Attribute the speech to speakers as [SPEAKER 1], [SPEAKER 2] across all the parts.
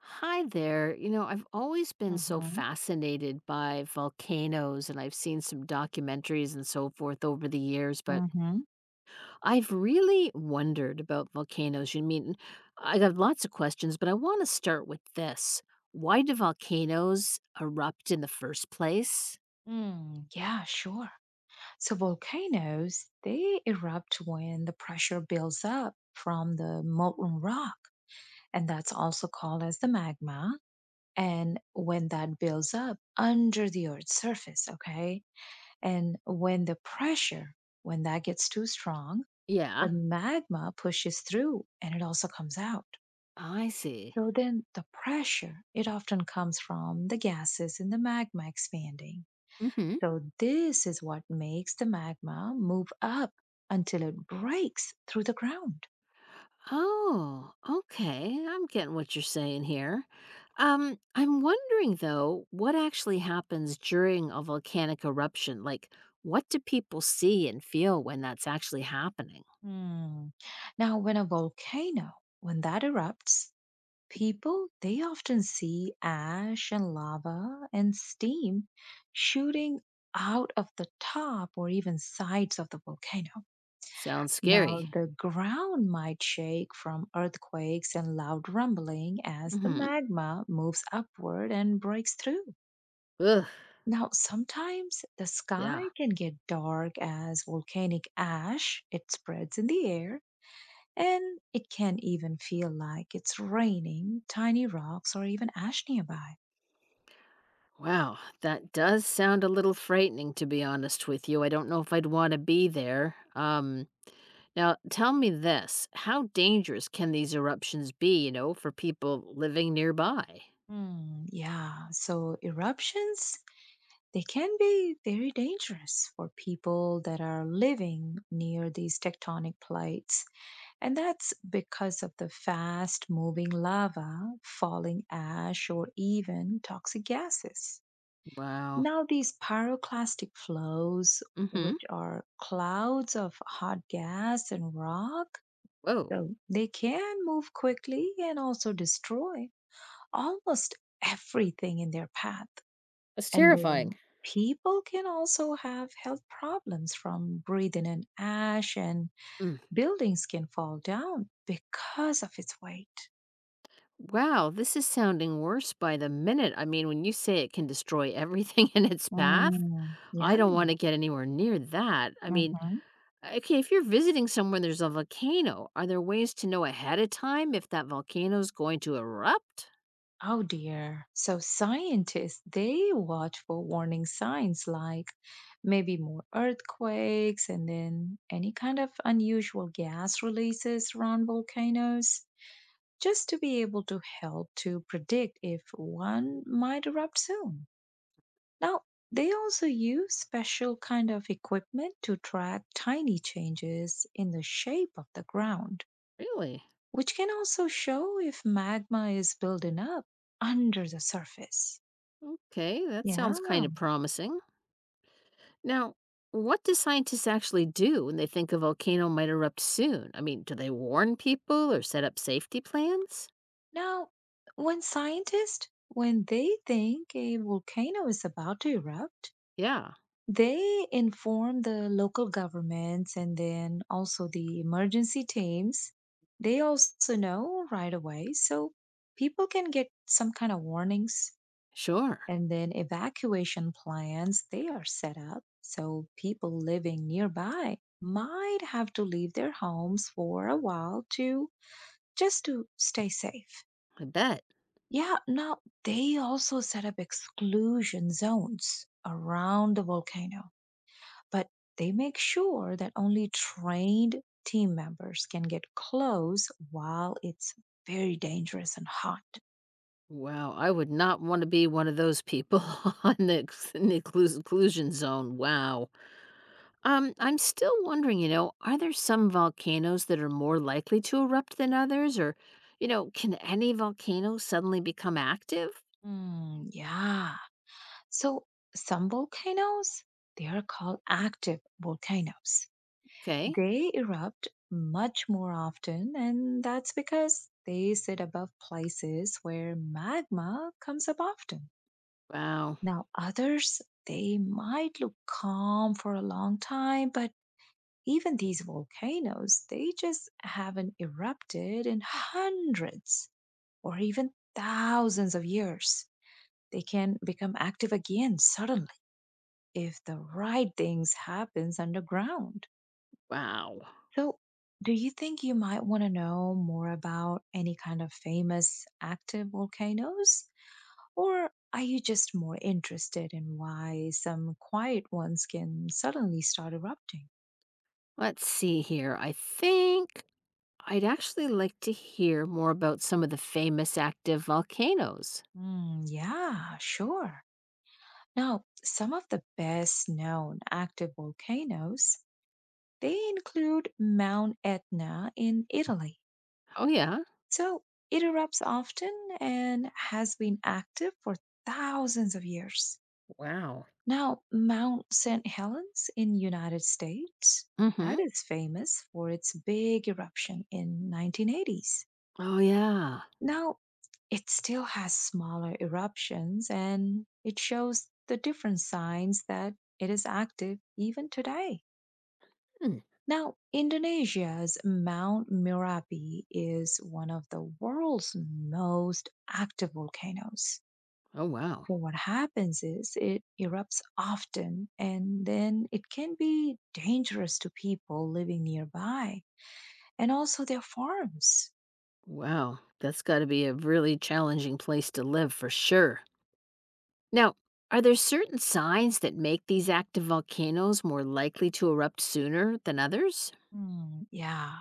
[SPEAKER 1] Hi there. You know, I've always been so
[SPEAKER 2] Mm-hmm.
[SPEAKER 1] fascinated by volcanoes and I've seen some documentaries and so forth over the years, but
[SPEAKER 2] Mm-hmm.
[SPEAKER 1] I've really wondered about volcanoes. You mean I got lots of questions, but I want to start with this. Why do volcanoes erupt in the first place?
[SPEAKER 2] Mm, yeah, sure. So volcanoes, they erupt when the pressure builds up from the molten rock, and that's also called as the magma. And when that builds up under the Earth's surface, okay? And when the pressure, when that gets too strong, the
[SPEAKER 1] Yeah,
[SPEAKER 2] magma pushes through and it also comes out.
[SPEAKER 1] I see.
[SPEAKER 2] So then the pressure, it often comes from the gases in the magma expanding.
[SPEAKER 1] Mm hmm.
[SPEAKER 2] So, this is what makes the magma move up until it breaks through the ground.
[SPEAKER 1] Oh, okay. I'm getting what you're saying here. I'm wondering though, what actually happens during a volcanic eruption? Like, what do people see and feel when that's actually happening?
[SPEAKER 2] Hmm. Now, when a volcano, when that erupts, people, they often see ash and lava and steam shooting out of the top or even sides of the volcano.
[SPEAKER 1] Sounds scary.
[SPEAKER 2] Now, the ground might shake from earthquakes and loud rumbling as the
[SPEAKER 1] Mm-hmm.
[SPEAKER 2] magma moves upward and breaks through.
[SPEAKER 1] Ugh,
[SPEAKER 2] Now, sometimes the
[SPEAKER 1] yeah.
[SPEAKER 2] sky can get dark as volcanic ash. It spreads in the air and it can even feel like it's raining tiny rocks or even ash nearby.
[SPEAKER 1] Wow, that does sound a little frightening to be honest with you. I don't know if I'd want to be there. Now tell me this, how dangerous can these eruptions be, you know, for people living nearby?
[SPEAKER 2] Yeah, so eruptions, they can be very dangerous for people that are living near these tectonic plates. And that's because of the fast moving lava, falling ash, or even toxic gases.
[SPEAKER 1] Wow.
[SPEAKER 2] Now, these pyroclastic flows,
[SPEAKER 1] Mhm.
[SPEAKER 2] which are clouds of hot gas and rock,
[SPEAKER 1] Woah.
[SPEAKER 2] so they can move quickly and also destroy almost everything in their path.
[SPEAKER 1] That's mm,
[SPEAKER 2] And
[SPEAKER 1] terrifying.
[SPEAKER 2] then people can also have health problems from breathing in ash, and
[SPEAKER 1] Mm.
[SPEAKER 2] buildings can fall down because of its weight.
[SPEAKER 1] Wow, this is sounding worse by the minute. I mean, when you say it can destroy everything in its path,
[SPEAKER 2] Mm,
[SPEAKER 1] I
[SPEAKER 2] yeah.
[SPEAKER 1] don't wanna get anywhere near that. I mean,
[SPEAKER 2] hmm
[SPEAKER 1] okay, if you're visiting somewhere and there's a volcano, are there ways to know ahead of time if that volcano is going to erupt?
[SPEAKER 2] Oh dear. So scientists, they watch for warning signs like maybe more earthquakes and then any kind of unusual gas releases around volcanoes, just to be able to help to predict if one might erupt soon. Now, they also use special kind of equipment to track tiny changes in the shape of the ground,
[SPEAKER 1] Really?
[SPEAKER 2] which can also show if magma is building up under the surface.
[SPEAKER 1] Okay, that sounds
[SPEAKER 2] Yeah.
[SPEAKER 1] kinda promising. Now, what do scientists actually do when they think a volcano might erupt soon? I mean, do they warn people or set up safety plans?
[SPEAKER 2] Now, when scientists, when they think a volcano is about to erupt,
[SPEAKER 1] Yeah.
[SPEAKER 2] they inform the local governments and then also the emergency teams. They also know right away. So people can get some kind of warnings
[SPEAKER 1] Sure,
[SPEAKER 2] and then evacuation plans they are set up. So people living nearby might have to leave their homes for a while to just to stay safe.
[SPEAKER 1] I bet.
[SPEAKER 2] Yeah, now they also set up exclusion zones around the volcano, but they make sure that only trained team members can get close while it's very dangerous and hot.
[SPEAKER 1] Wow, I would not want to be one of those people on the exclusion zone. Wow. I'm still wondering, you know, are there some volcanoes that are more likely to erupt than others? Or, you know, can any volcano suddenly become active?
[SPEAKER 2] Mm, yeah. So some volcanoes, they are called active volcanoes.
[SPEAKER 1] Okay.
[SPEAKER 2] They erupt much more often, and that's because they sit above places where magma comes up often.
[SPEAKER 1] Wow.
[SPEAKER 2] Now, others, they might look calm for a long time, but even these volcanoes, they just haven't erupted in hundreds or even thousands of years. They can become active again suddenly if the right things happens underground.
[SPEAKER 1] Wow.
[SPEAKER 2] So, do you think you might want to know more about any kind of famous active volcanoes? Or are you just more interested in why some quiet ones can suddenly start erupting?
[SPEAKER 1] Let's see here. I think I'd actually like to hear more about some of the famous active volcanoes.
[SPEAKER 2] Mm, yeah, sure. Now, some of the best known active volcanoes, they include Mount Etna in Italy.
[SPEAKER 1] Oh, yeah.
[SPEAKER 2] So it erupts often and has been active for thousands of years.
[SPEAKER 1] Wow.
[SPEAKER 2] Now, Mount St. Helens in United States,
[SPEAKER 1] Mm
[SPEAKER 2] that
[SPEAKER 1] hmm.
[SPEAKER 2] is famous for its big eruption in 1980s.
[SPEAKER 1] Oh, yeah.
[SPEAKER 2] Now, it still has smaller eruptions and it shows the different signs that it is active even today.
[SPEAKER 1] Hmm.
[SPEAKER 2] Now, Indonesia's Mount Merapi is one of the world's most active volcanoes.
[SPEAKER 1] Oh, wow.
[SPEAKER 2] So what happens is it erupts often and then it can be dangerous to people living nearby and also their farms.
[SPEAKER 1] Wow. That's got to be a really challenging place to live for sure. Now, are there certain signs that make these active volcanoes more likely to erupt sooner than others?
[SPEAKER 2] Yeah.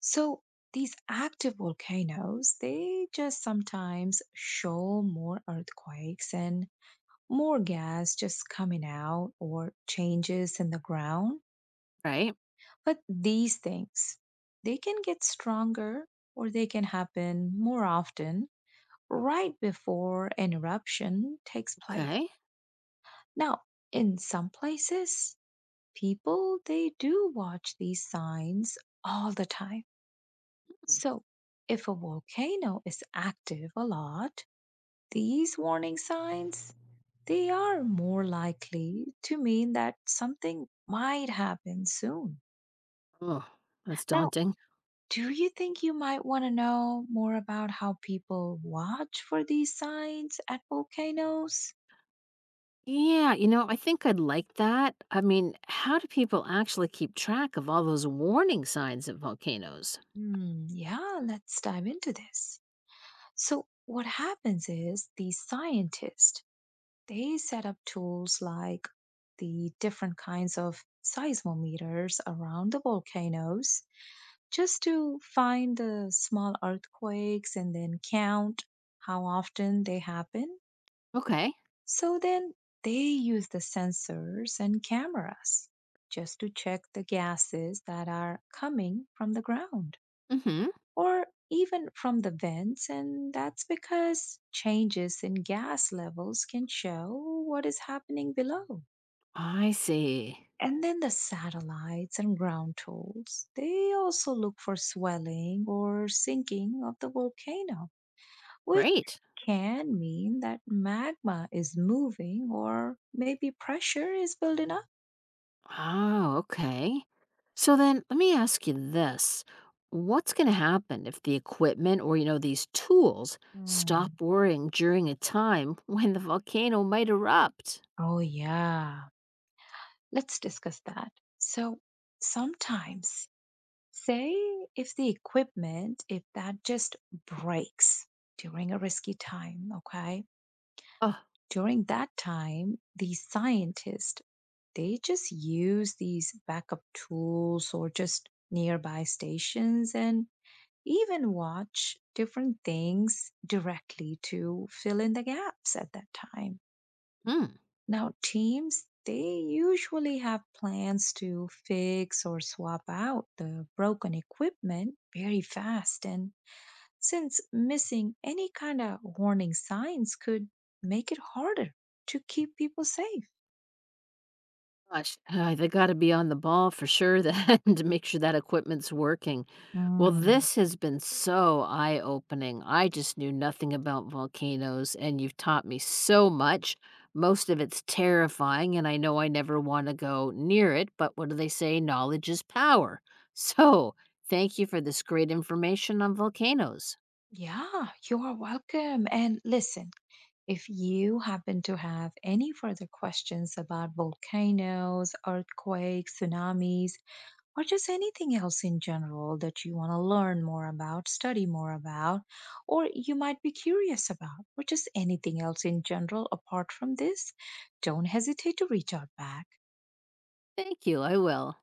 [SPEAKER 2] So these active volcanoes, they just sometimes show more earthquakes and more gas just coming out or changes in the ground.
[SPEAKER 1] Right.
[SPEAKER 2] But these things, they can get stronger or they can happen more often right before an eruption takes place.
[SPEAKER 1] Okay.
[SPEAKER 2] Now, in some places, people they do watch these signs all the time. So, if a volcano is active a lot, these warning signs they are more likely to mean that something might happen soon.
[SPEAKER 1] Oh, that's
[SPEAKER 2] Now,
[SPEAKER 1] daunting.
[SPEAKER 2] do you think you might want to know more about how people watch for these signs at volcanoes?
[SPEAKER 1] Yeah, you know, I think I'd like that. I mean, how do people actually keep track of all those warning signs of volcanoes?
[SPEAKER 2] Yeah, let's dive into this. So, what happens is the scientists they set up tools like the different kinds of seismometers around the volcanoes just to find the small earthquakes and then count how often they happen.
[SPEAKER 1] Okay.
[SPEAKER 2] So then they use the sensors and cameras just to check the gases that are coming from the ground
[SPEAKER 1] Mm hmm.
[SPEAKER 2] or even from the vents, and that's because changes in gas levels can show what is happening below.
[SPEAKER 1] I see.
[SPEAKER 2] And then the satellites and ground tools, they also look for swelling or sinking of the volcano, which
[SPEAKER 1] Great.
[SPEAKER 2] can mean that magma is moving or maybe pressure is building up.
[SPEAKER 1] Oh, okay. So then let me ask you this. What's going to happen if the equipment or, you know, these tools stop
[SPEAKER 2] Hmm.
[SPEAKER 1] working during a time when the volcano might erupt?
[SPEAKER 2] Oh, yeah. Let's discuss that. So sometimes, say if the equipment, if that just breaks during a risky time, okay?
[SPEAKER 1] Oh,
[SPEAKER 2] During that time, the scientist, they just use these backup tools or just nearby stations and even watch different things directly to fill in the gaps at that time.
[SPEAKER 1] hmm.
[SPEAKER 2] Now, teams, they usually have plans to fix or swap out the broken equipment very fast. And since missing any kind of warning signs could make it harder to keep people safe.
[SPEAKER 1] Gosh, they got to be on the ball for sure then to make sure that equipment's working. Well,
[SPEAKER 2] Mm.
[SPEAKER 1] this has been so eye opening. I just knew nothing about volcanoes, and you've taught me so much. Most of it's terrifying, and I know I never want to go near it, but what do they say? Knowledge is power. So, thank you for this great information on volcanoes.
[SPEAKER 2] Yeah, you are welcome. And listen, if you happen to have any further questions about volcanoes, earthquakes, tsunamis, or just anything else in general that you want to learn more about, study more about, or you might be curious about, or just anything else in general apart from this, don't hesitate to reach out back.
[SPEAKER 1] Thank you. I will.